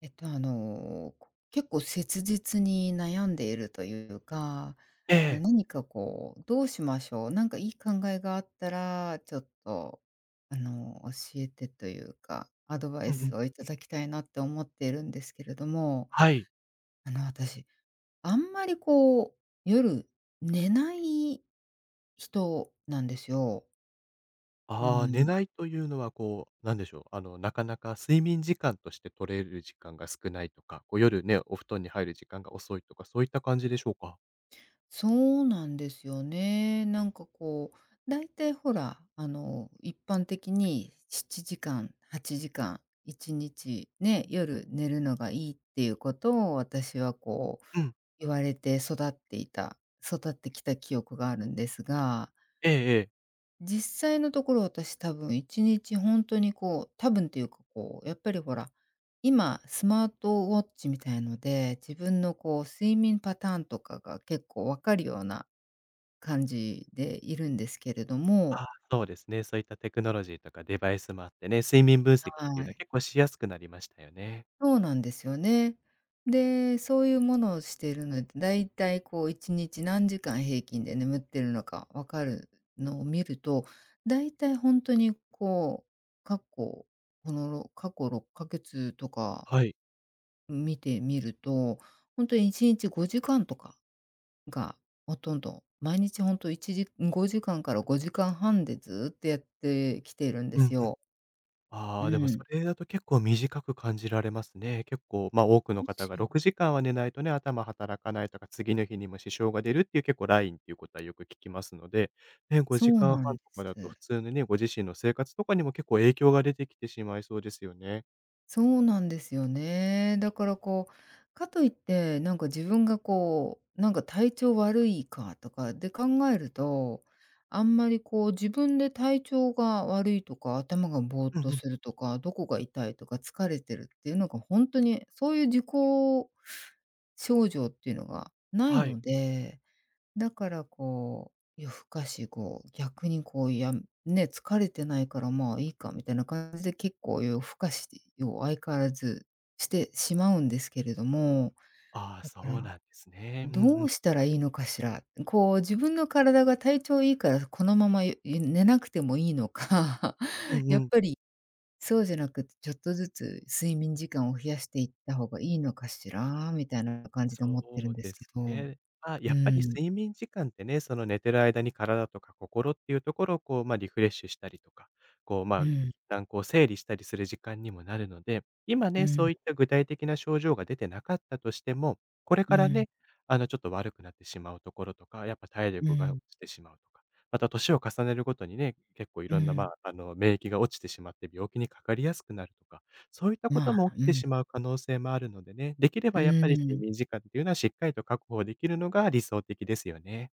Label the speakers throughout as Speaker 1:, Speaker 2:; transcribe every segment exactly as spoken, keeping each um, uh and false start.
Speaker 1: えっと、あの、こ結構切実に悩んでいるというか、
Speaker 2: え
Speaker 1: あの、
Speaker 2: え。
Speaker 1: 何かこう、どうしましょう、なんかいい考えがあったら、ちょっと、あの、教えてというか、アドバ
Speaker 2: う
Speaker 1: イ
Speaker 2: んうん。
Speaker 1: スをいただきたいなって思っているんですけれども、
Speaker 2: はい。
Speaker 1: あの、私、あんまりこう、夜寝ない人なんですよ。う
Speaker 2: ああ、寝
Speaker 1: ん。
Speaker 2: ないというのはこう、なんでしょう、あの、なかなか睡眠時間として取れる時間が少ないとか、こう夜ね、お布団に入る時間が遅いとか、そういった感じでしょうか？
Speaker 1: そうなんですよね。なんかこう、だいたいほら、あの、一般的にしちじかん、はちじかん、いちにちね、夜寝るのがいいっていうことを私はこう、
Speaker 2: うん。
Speaker 1: 言われて育っていた育ってきた記憶があるんですが、
Speaker 2: ええええ。
Speaker 1: 実際のところ私多分いち日本当にこう多分っていうかこう、やっぱりほら、今スマートウォッチみたいので、自分のこう睡眠パターンとかが結構わかるような感じでいるんですけれど
Speaker 2: あ
Speaker 1: も。
Speaker 2: あ、そうですね。そういったテクノロジーとかデバイスもあってね、睡眠分
Speaker 1: は
Speaker 2: 析っていうのは
Speaker 1: い。
Speaker 2: 結構しやすくなりましたよね。
Speaker 1: そうなんですよね。で、そういうものをしているので、だいたいこういちにち何時間平均で眠ってるのかわかるのを見ると、だいたいほんとにこう、過去このろ過去ろっかげつとか
Speaker 2: はい。
Speaker 1: 見てみると、ほんとにいちにちごじかんとかがほとんど、毎日ほんと時ごじかんかんからごじかんはんでずっとやってきているんで
Speaker 2: うん
Speaker 1: す
Speaker 2: うん。
Speaker 1: よ。
Speaker 2: あ
Speaker 1: う
Speaker 2: あ、でもそ
Speaker 1: ん。
Speaker 2: れだと結構短く感じられますね。結構、ま、多くの
Speaker 1: で
Speaker 2: 方
Speaker 1: す
Speaker 2: が
Speaker 1: よ。
Speaker 2: ろくじかんは寝ないとね、頭働かないとか、次の日にも支障が出るっていう結構ラインっていうことはよく聞きますので、ね、
Speaker 1: そ
Speaker 2: 5
Speaker 1: う
Speaker 2: 時間
Speaker 1: な
Speaker 2: 半
Speaker 1: んで
Speaker 2: とか
Speaker 1: す。
Speaker 2: だと普通のね、ご自身の生活とかにも結構影響が出てきてしまいそうですよね。
Speaker 1: そうなんですよね。だからこう、かといって、なんか自分がこう、なんか体調悪いかとかで考えると、あんまりこう自分で体調が悪いとか、頭がぼーっ
Speaker 2: うん
Speaker 1: と
Speaker 2: うん。
Speaker 1: するとか、どこが痛いとか、疲れてるっていうのが本当に、そういう自己症状っていうのがない
Speaker 2: はい。
Speaker 1: ので、だからこう、夜更かしこう、逆にこう、いやね、疲れてないからまあいいかみたいな感じで結構夜更かしを相変わらずしてしまうんですけれども、
Speaker 2: ああ、
Speaker 1: だか
Speaker 2: そう
Speaker 1: ら、
Speaker 2: なんですね。うんう
Speaker 1: ど
Speaker 2: ん。
Speaker 1: うしたらいいのかしら。こう自分の体が体調いいからこのまま、寝なくてもいいのか、
Speaker 2: う んう
Speaker 1: やっ
Speaker 2: ん。
Speaker 1: ぱりそうじゃなくてちょっとずつ睡眠時間を増やしていった方がいいのかしらみたいな感じで
Speaker 2: そ
Speaker 1: 思ってるん
Speaker 2: う
Speaker 1: で
Speaker 2: で
Speaker 1: すけ
Speaker 2: す
Speaker 1: ど。
Speaker 2: ね。まあ、や
Speaker 1: う
Speaker 2: っぱり
Speaker 1: ん、
Speaker 2: 睡眠時間ってね、その寝てる間に体とか心っていうところをこう、まあ、リフレッシュしたりとか、こう、ま
Speaker 1: う
Speaker 2: あ、
Speaker 1: ん、
Speaker 2: 一旦こう整理したりする時間にもなるので、今
Speaker 1: う
Speaker 2: ね、そ
Speaker 1: ん、
Speaker 2: ういった具体的な症状が出てなかったとしても、これ
Speaker 1: う
Speaker 2: から
Speaker 1: ん。
Speaker 2: ね、あの、ちょっと悪くなってしまうところとか、やっぱ体
Speaker 1: う
Speaker 2: 力が落
Speaker 1: ん、
Speaker 2: ちてしまうとか、また年を重ねるごとにね、結構い
Speaker 1: う
Speaker 2: ろんな、ま
Speaker 1: ん、
Speaker 2: あ、あの、免疫が落ちてしまって病気にかかりやすくなるとか、そういったこと
Speaker 1: まあ、
Speaker 2: も起き
Speaker 1: う
Speaker 2: て
Speaker 1: ん、
Speaker 2: しまう可能性もあるのでね、できれ
Speaker 1: う
Speaker 2: ばやっぱり睡
Speaker 1: ん、
Speaker 2: 眠時間っていうのはしっかりと確保できるのが理想的ですよね。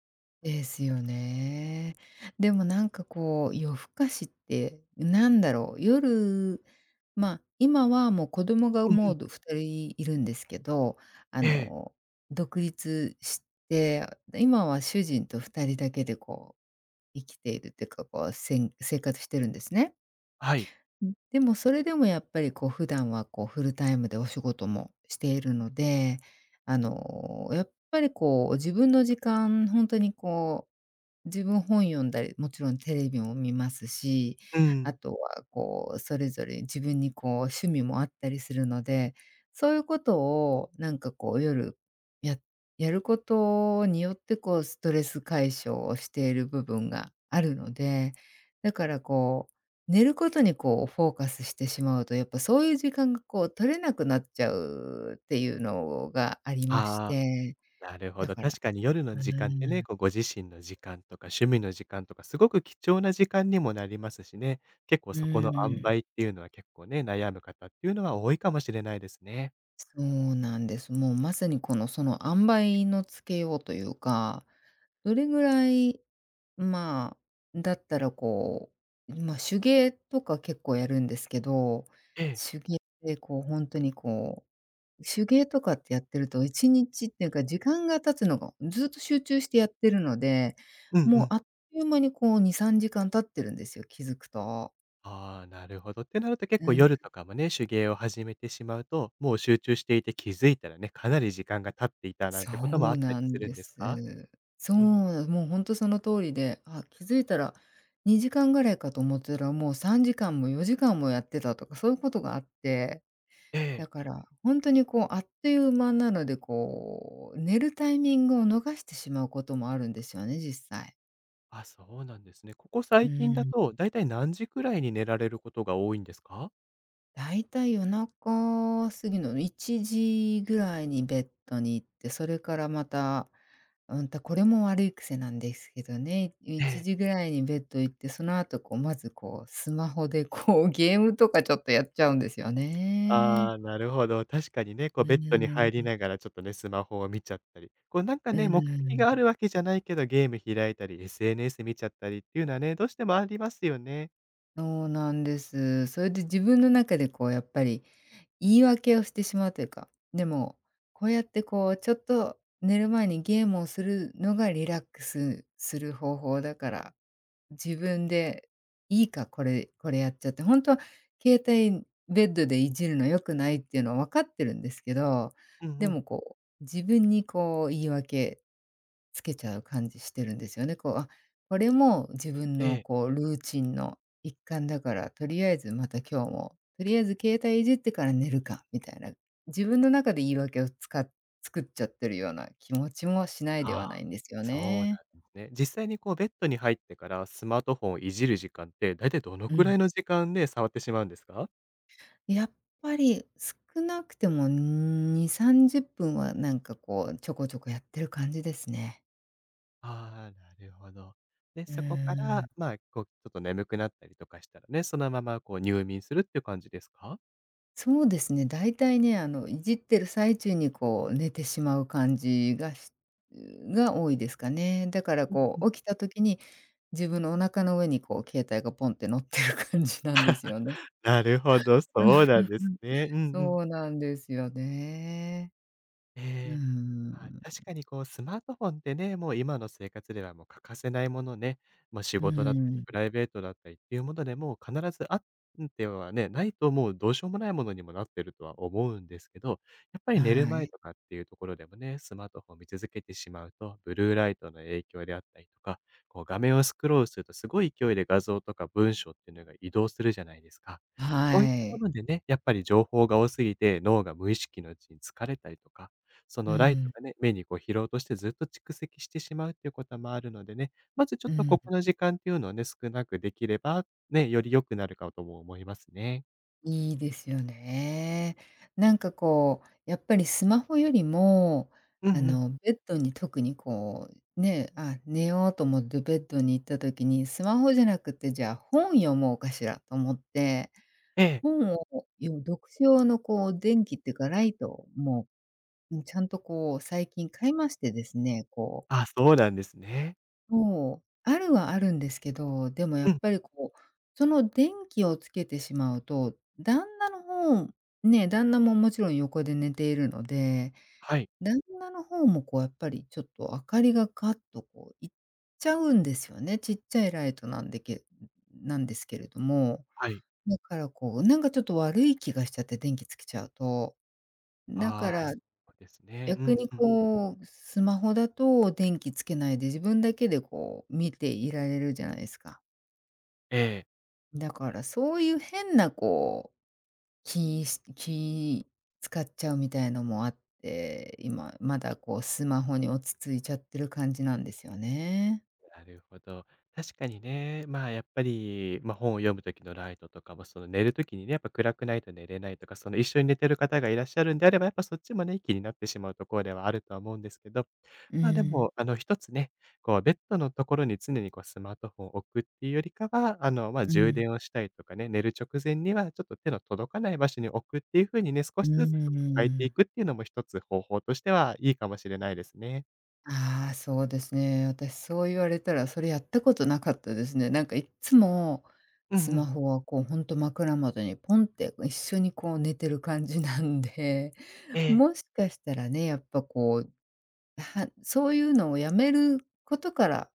Speaker 1: ですよね。でもなんかこう、夜更かしって、なんだろう、夜、まあ、今はもう子供が
Speaker 2: うんう
Speaker 1: も
Speaker 2: ん。
Speaker 1: うどふたりいるんですけど、あ
Speaker 2: ええ、
Speaker 1: の、独立して、今は主人とふたりだけでこう、生きているっていうか、こう、せん生活してるんですね。
Speaker 2: はい。
Speaker 1: うん、でもそれでもやっぱりこう普段はこうフルタイムでお仕事もしているので、あの、やっぱりこう自分の時間本当にこう自分本読んだり、もちろんテレビも見ますし、
Speaker 2: う
Speaker 1: あ
Speaker 2: ん。
Speaker 1: とはこう、それぞれ自分にこう趣味もあったりするので、そういうことをなんかこう夜、ややることによってこうストレス解消をしている部分があるので、だからこう、寝ることにこうフォーカスしてしまうと、やっぱそういう時間がこう取れなくなっちゃうっていうのがありまし
Speaker 2: あ
Speaker 1: て、
Speaker 2: あ、なるほ
Speaker 1: だ
Speaker 2: ど。
Speaker 1: から、
Speaker 2: 確かに夜の
Speaker 1: うー
Speaker 2: 時間ってね、
Speaker 1: ん、
Speaker 2: こうご自身の時間とか趣味の時間とか、すごく貴重な時間にもなりますしね、結構
Speaker 1: う
Speaker 2: そこの塩
Speaker 1: ーん。
Speaker 2: 梅っていうのは結構ね、悩む方っていうのは多いかもしれないですね。
Speaker 1: そうなんです。もうまさにこの、その塩梅のつけようというか、どれぐらい、まあ、だったらこう、ま、手芸とか結構やるんですけど、
Speaker 2: ええ。
Speaker 1: 手芸でこう本当とにこう、手芸とかってやってるといちにちっていうか時間が経つのがずっと集中してやってるので、
Speaker 2: うんう
Speaker 1: もう
Speaker 2: ん。
Speaker 1: あっという間にこうに、さんじかん経ってるんですよ、気づくと。
Speaker 2: ああ、なるほど。ってなると結
Speaker 1: う
Speaker 2: 構
Speaker 1: ん。
Speaker 2: 夜とかもね、手芸を始めてしまうと、もう集中していて気づいたらね、かなり時間が経っていたなん
Speaker 1: そ
Speaker 2: てこともあっ
Speaker 1: う
Speaker 2: たり
Speaker 1: な
Speaker 2: す
Speaker 1: ん
Speaker 2: るん
Speaker 1: で
Speaker 2: ですか？
Speaker 1: す。そ
Speaker 2: うん。
Speaker 1: う、もう本当その通りで、あ、気づいたらにじかんぐらいかと思ってたら、もうさんじかんもよじかんもやってたとか、そういうことがあって、
Speaker 2: ええ。
Speaker 1: だから本当にこう、あっという間なので、こう、寝るタイミングを逃してしまうこともあるんですよね、実際。
Speaker 2: あ、そうなんですね。ここ
Speaker 1: う
Speaker 2: 最近だ
Speaker 1: ーん。
Speaker 2: と、だいたい何時くらいに寝られることが多いんですか？
Speaker 1: だいたい夜中過ぎのいちじぐらいにベッドに行って、それからまた、うんと、これも悪い癖なんですけどね、
Speaker 2: え
Speaker 1: 1
Speaker 2: え。
Speaker 1: 時ぐらいにベッド行って、その後こう、まずこう、スマホでこう、ゲームとかちょっとやっちゃうんですよ
Speaker 2: あ
Speaker 1: ね。
Speaker 2: あ、なるほど。確かにね、こ
Speaker 1: う
Speaker 2: うベッドに
Speaker 1: ー
Speaker 2: 入り
Speaker 1: ん、
Speaker 2: ながらちょっとね、スマホを見ちゃったり、こうなんか
Speaker 1: う
Speaker 2: ね、目的
Speaker 1: ー
Speaker 2: があ
Speaker 1: ん、
Speaker 2: るわけじゃないけど、ゲーム開いたり、エスエヌエス 見ちゃったりっていうのはね、どうしてもありますよね。
Speaker 1: そうなんです。それで自分の中でこうやっぱり言い訳をしてしまうというか、でも、こうやってこうちょっと寝る前にゲームをするのがリラックスする方法だから、自分でいいか、これこれやっちゃって、本当は携帯ベッドでいじるの良くないっていうのは分かってるんですけど、
Speaker 2: うんう
Speaker 1: で
Speaker 2: ん。
Speaker 1: もこう、自分にこう言い訳つけちゃう感じしてるんですよね。こう、あ、これも自分
Speaker 2: え
Speaker 1: の
Speaker 2: え。
Speaker 1: こうルーチンの一環だから、とりあえずまた今日も、とりあえず携帯いじってから寝るかみたいな、自分の中で言い訳をつか作っちゃってるような気持ちもしないで
Speaker 2: ああ。
Speaker 1: はないんですよ
Speaker 2: そうなん
Speaker 1: ね。
Speaker 2: ですね。実際にこうベッドに入ってからスマートフォンをいじる時間って、だいたいどの
Speaker 1: う
Speaker 2: くら
Speaker 1: ん。
Speaker 2: いの時間で触ってしまうんですか？
Speaker 1: やっぱり少なくてもに、さんじゅっぷんはなんかこうちょこちょこやってる感じですね。
Speaker 2: ああ、なるほど。で、
Speaker 1: うー
Speaker 2: そこから、
Speaker 1: ん。
Speaker 2: まあ、こう、ちょっと眠くなったりとかしたらね、そのままこう入眠するっていう感じですか？
Speaker 1: そうですね、大体ね、あの、いじってる最中にこう寝てしまう感じがしが多いですかね。だからこう起きた時に、自分のお腹の上にこう携帯がポンって乗ってる感じなんですよね。
Speaker 2: なるほど、そ
Speaker 1: うん
Speaker 2: うな
Speaker 1: う
Speaker 2: ん
Speaker 1: ん。
Speaker 2: ですね。うん うん。
Speaker 1: そうなんですよね。うー
Speaker 2: ええ。まあ、
Speaker 1: ん。
Speaker 2: 確かにこうスマートフォンってね、もう今の生活ではもう欠かせないものね、まあ、仕
Speaker 1: うー
Speaker 2: 事だったり
Speaker 1: ん、
Speaker 2: プライベートだったりっていうもので、もう必ずあってはね、ないともうどうしようもないものにもなってるとは思うんですけど、やっぱり寝る
Speaker 1: は
Speaker 2: 前
Speaker 1: い。
Speaker 2: とかっていうところでもね、スマートフォンを見続けてしまうと、ブルーライトの影響であったりとか、こう画面をスクロールするとすごい勢いで画像とか文章っていうのが移動するじゃないですか。
Speaker 1: は
Speaker 2: こういったも
Speaker 1: い。
Speaker 2: のでね、やっぱり情報が多すぎて、脳が無意識のうちに疲れたりとか、そ
Speaker 1: う
Speaker 2: のライト
Speaker 1: ん、
Speaker 2: がね、目にこう疲労としてずっと蓄積してしまうっていうこともあるのでね、まずちょ
Speaker 1: う
Speaker 2: っとこ
Speaker 1: ん。
Speaker 2: この時間っていうのをね、少なくできれば、ね、より良くなるかとも思いますね。
Speaker 1: いいですよね。なんかこう、やっぱりスマホよりも、
Speaker 2: うん
Speaker 1: あ
Speaker 2: うん。
Speaker 1: の、ベッドに特にこう、ね、あ、寝ようと思ってベッドに行った時に、スマホじゃなくて、じゃあ本読もうかしらと思って、
Speaker 2: ええ。
Speaker 1: 本をよ読書用のこう電気っていうかライトも、うん、ちゃんとこう最近買いましてですね、こう
Speaker 2: あ、そうなんですね。
Speaker 1: そう、あるはあるんですけど、でもや
Speaker 2: う
Speaker 1: っ
Speaker 2: ん。
Speaker 1: ぱりこう、その電気をつけてしまうと、旦那の方ね、旦那ももちろん横で寝ているので、
Speaker 2: はい、
Speaker 1: 旦那の方もこうやっぱりちょっと明かりがガッとこういっちゃうんですよね。ちっちゃいライトなんでけなんですけれども、
Speaker 2: はい。
Speaker 1: だからこう、なんかちょっと悪い気がしちゃって電気つけちゃうと、だ
Speaker 2: あ
Speaker 1: か
Speaker 2: あ、
Speaker 1: ら
Speaker 2: そうですね。う
Speaker 1: 逆
Speaker 2: ん
Speaker 1: に
Speaker 2: うん。
Speaker 1: こう、スマホだと電気つけないで自分だけでこう見ていられるじゃないですか。
Speaker 2: ええ。
Speaker 1: だからそういう変なこう、気し気使っちゃうみたいのもあって、今まだこうスマホに落ち着いちゃってる感じなんですよね。
Speaker 2: なるほど。確かにね、まあやっぱり、まあ、本を読む時のライトとかも、その寝る時にね、やっぱ暗くないと寝れないとか、その一緒に寝てる方がいらっしゃるんであれば、やっぱそっちもね、気になってしまうところではあるとは思うんですけど、
Speaker 1: う
Speaker 2: まあで
Speaker 1: ん。
Speaker 2: も、あの一つね、こうベッドのところに常にこうスマートフォンを置くっていうよりかは、あの、ま、あ
Speaker 1: う
Speaker 2: 充
Speaker 1: ん。
Speaker 2: 電をしたりとかね、寝る直前にはちょっと手の届かない場所に置くっていう風にね、少
Speaker 1: うー
Speaker 2: しずつちょっと変えてい
Speaker 1: ん。
Speaker 2: くっていうのも一つ方法としてはいいかもしれないですね。
Speaker 1: ああ、そうですね。私そう言われたら、それやったことなかったですね。なんかいっつも、
Speaker 2: うんう
Speaker 1: スマ
Speaker 2: ん。
Speaker 1: ホはこうほんと枕元にポンって一緒にこう寝てる感じなんで、
Speaker 2: え え。
Speaker 1: もしかしたらね、やっぱこう、はそういうのをやめることから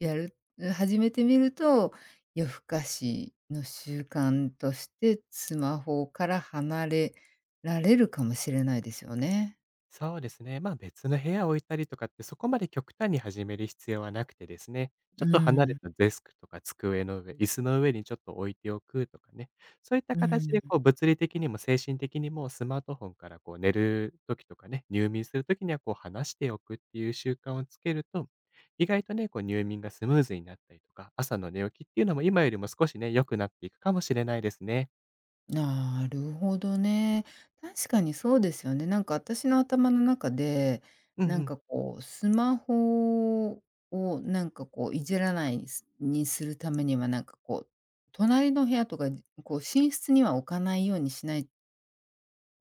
Speaker 1: やる始めてみると、夜更かしの習慣としてスマホから離れられるかもしれないですよね。
Speaker 2: そうですね。まあ、別の部屋を置いたりとかって、そこまで極端に始める必要はなくてですね、ちょ
Speaker 1: う
Speaker 2: っと離れ
Speaker 1: ん、
Speaker 2: たデスクとか机の上、椅子の上にちょっと置いておくとかね、そういった
Speaker 1: う
Speaker 2: 形
Speaker 1: ん。
Speaker 2: でこう物理的にも精神的にもスマートフォンからこう寝る時とかね、入眠する時にはこう離しておくっていう習慣をつけると、意外とね、こう入眠がスムーズになったりとか、朝の寝起きっていうのも今よりも少しね、良くなっていくかもしれないですね。
Speaker 1: なるほどね。確かにそうですよね。なんか私の頭の中で、
Speaker 2: うんう
Speaker 1: なん
Speaker 2: ん。
Speaker 1: かこうスマホをなんかこういじらないすにするためには、なんかこう、隣の部屋とか、じこう寝室には置かないようにしない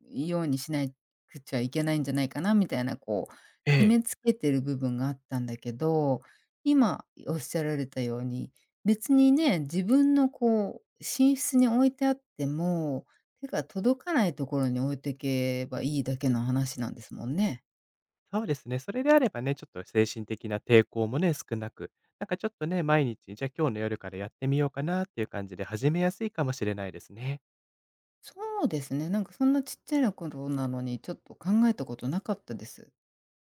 Speaker 1: ようにしないくちゃいけないんじゃないかなみたいな、こう、
Speaker 2: え
Speaker 1: 決
Speaker 2: え。
Speaker 1: めつけてる部分があったんだけど、今おっしゃられたように、別にね、自分のこう、寝室に置いてあっても、手が届かないところに置いていけばいいだけの話なんですもんね。
Speaker 2: そうですね。それであればね、ちょっと精神的な抵抗もね、少なく、なんかちょっとね、毎日、じゃあ今日の夜からやってみようかなっていう感じで始めやすいかもしれないですね。
Speaker 1: そうですね、なんかそんなちっちゃなことなのに、ちょっと考えたことなかったです。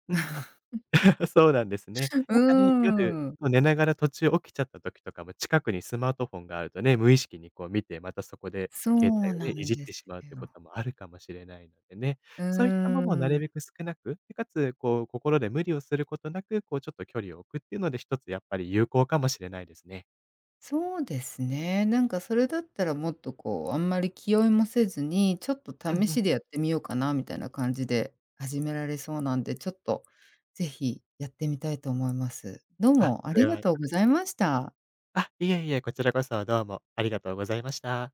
Speaker 2: うんうん。そうなんですね。
Speaker 1: うー
Speaker 2: やっぱね、夜、
Speaker 1: ん。
Speaker 2: 寝ながら途中起きちゃった時とかも近くにスマートフォンがあるとね、無意識にこう見て、またそこで
Speaker 1: そ
Speaker 2: 携
Speaker 1: う
Speaker 2: 帯をね、
Speaker 1: な
Speaker 2: い
Speaker 1: ん
Speaker 2: じっ
Speaker 1: です
Speaker 2: てしまうってこ
Speaker 1: よ。
Speaker 2: ともあるかもしれないのでね、
Speaker 1: うー
Speaker 2: そういったものをなる
Speaker 1: ん。
Speaker 2: べく少なく、でかつ、こう、心で無理をすることなく、こう、ちょっと距離を置くっていうので、一つやっぱり有効かもしれないですね。
Speaker 1: そうですね。なんかそれだったらもっとこう、あんまり気負いもせずに、ちょっと
Speaker 2: うん
Speaker 1: 試
Speaker 2: うん。
Speaker 1: しでやってみようかなみたいな感じで始められそうなんで、ちょっとぜひやってみたいと思います。どう
Speaker 2: あ、
Speaker 1: もあ
Speaker 2: そ
Speaker 1: り
Speaker 2: れ
Speaker 1: が
Speaker 2: は、
Speaker 1: とうございました。
Speaker 2: あ、いえいえ、こちらこそどうもありがとうございました。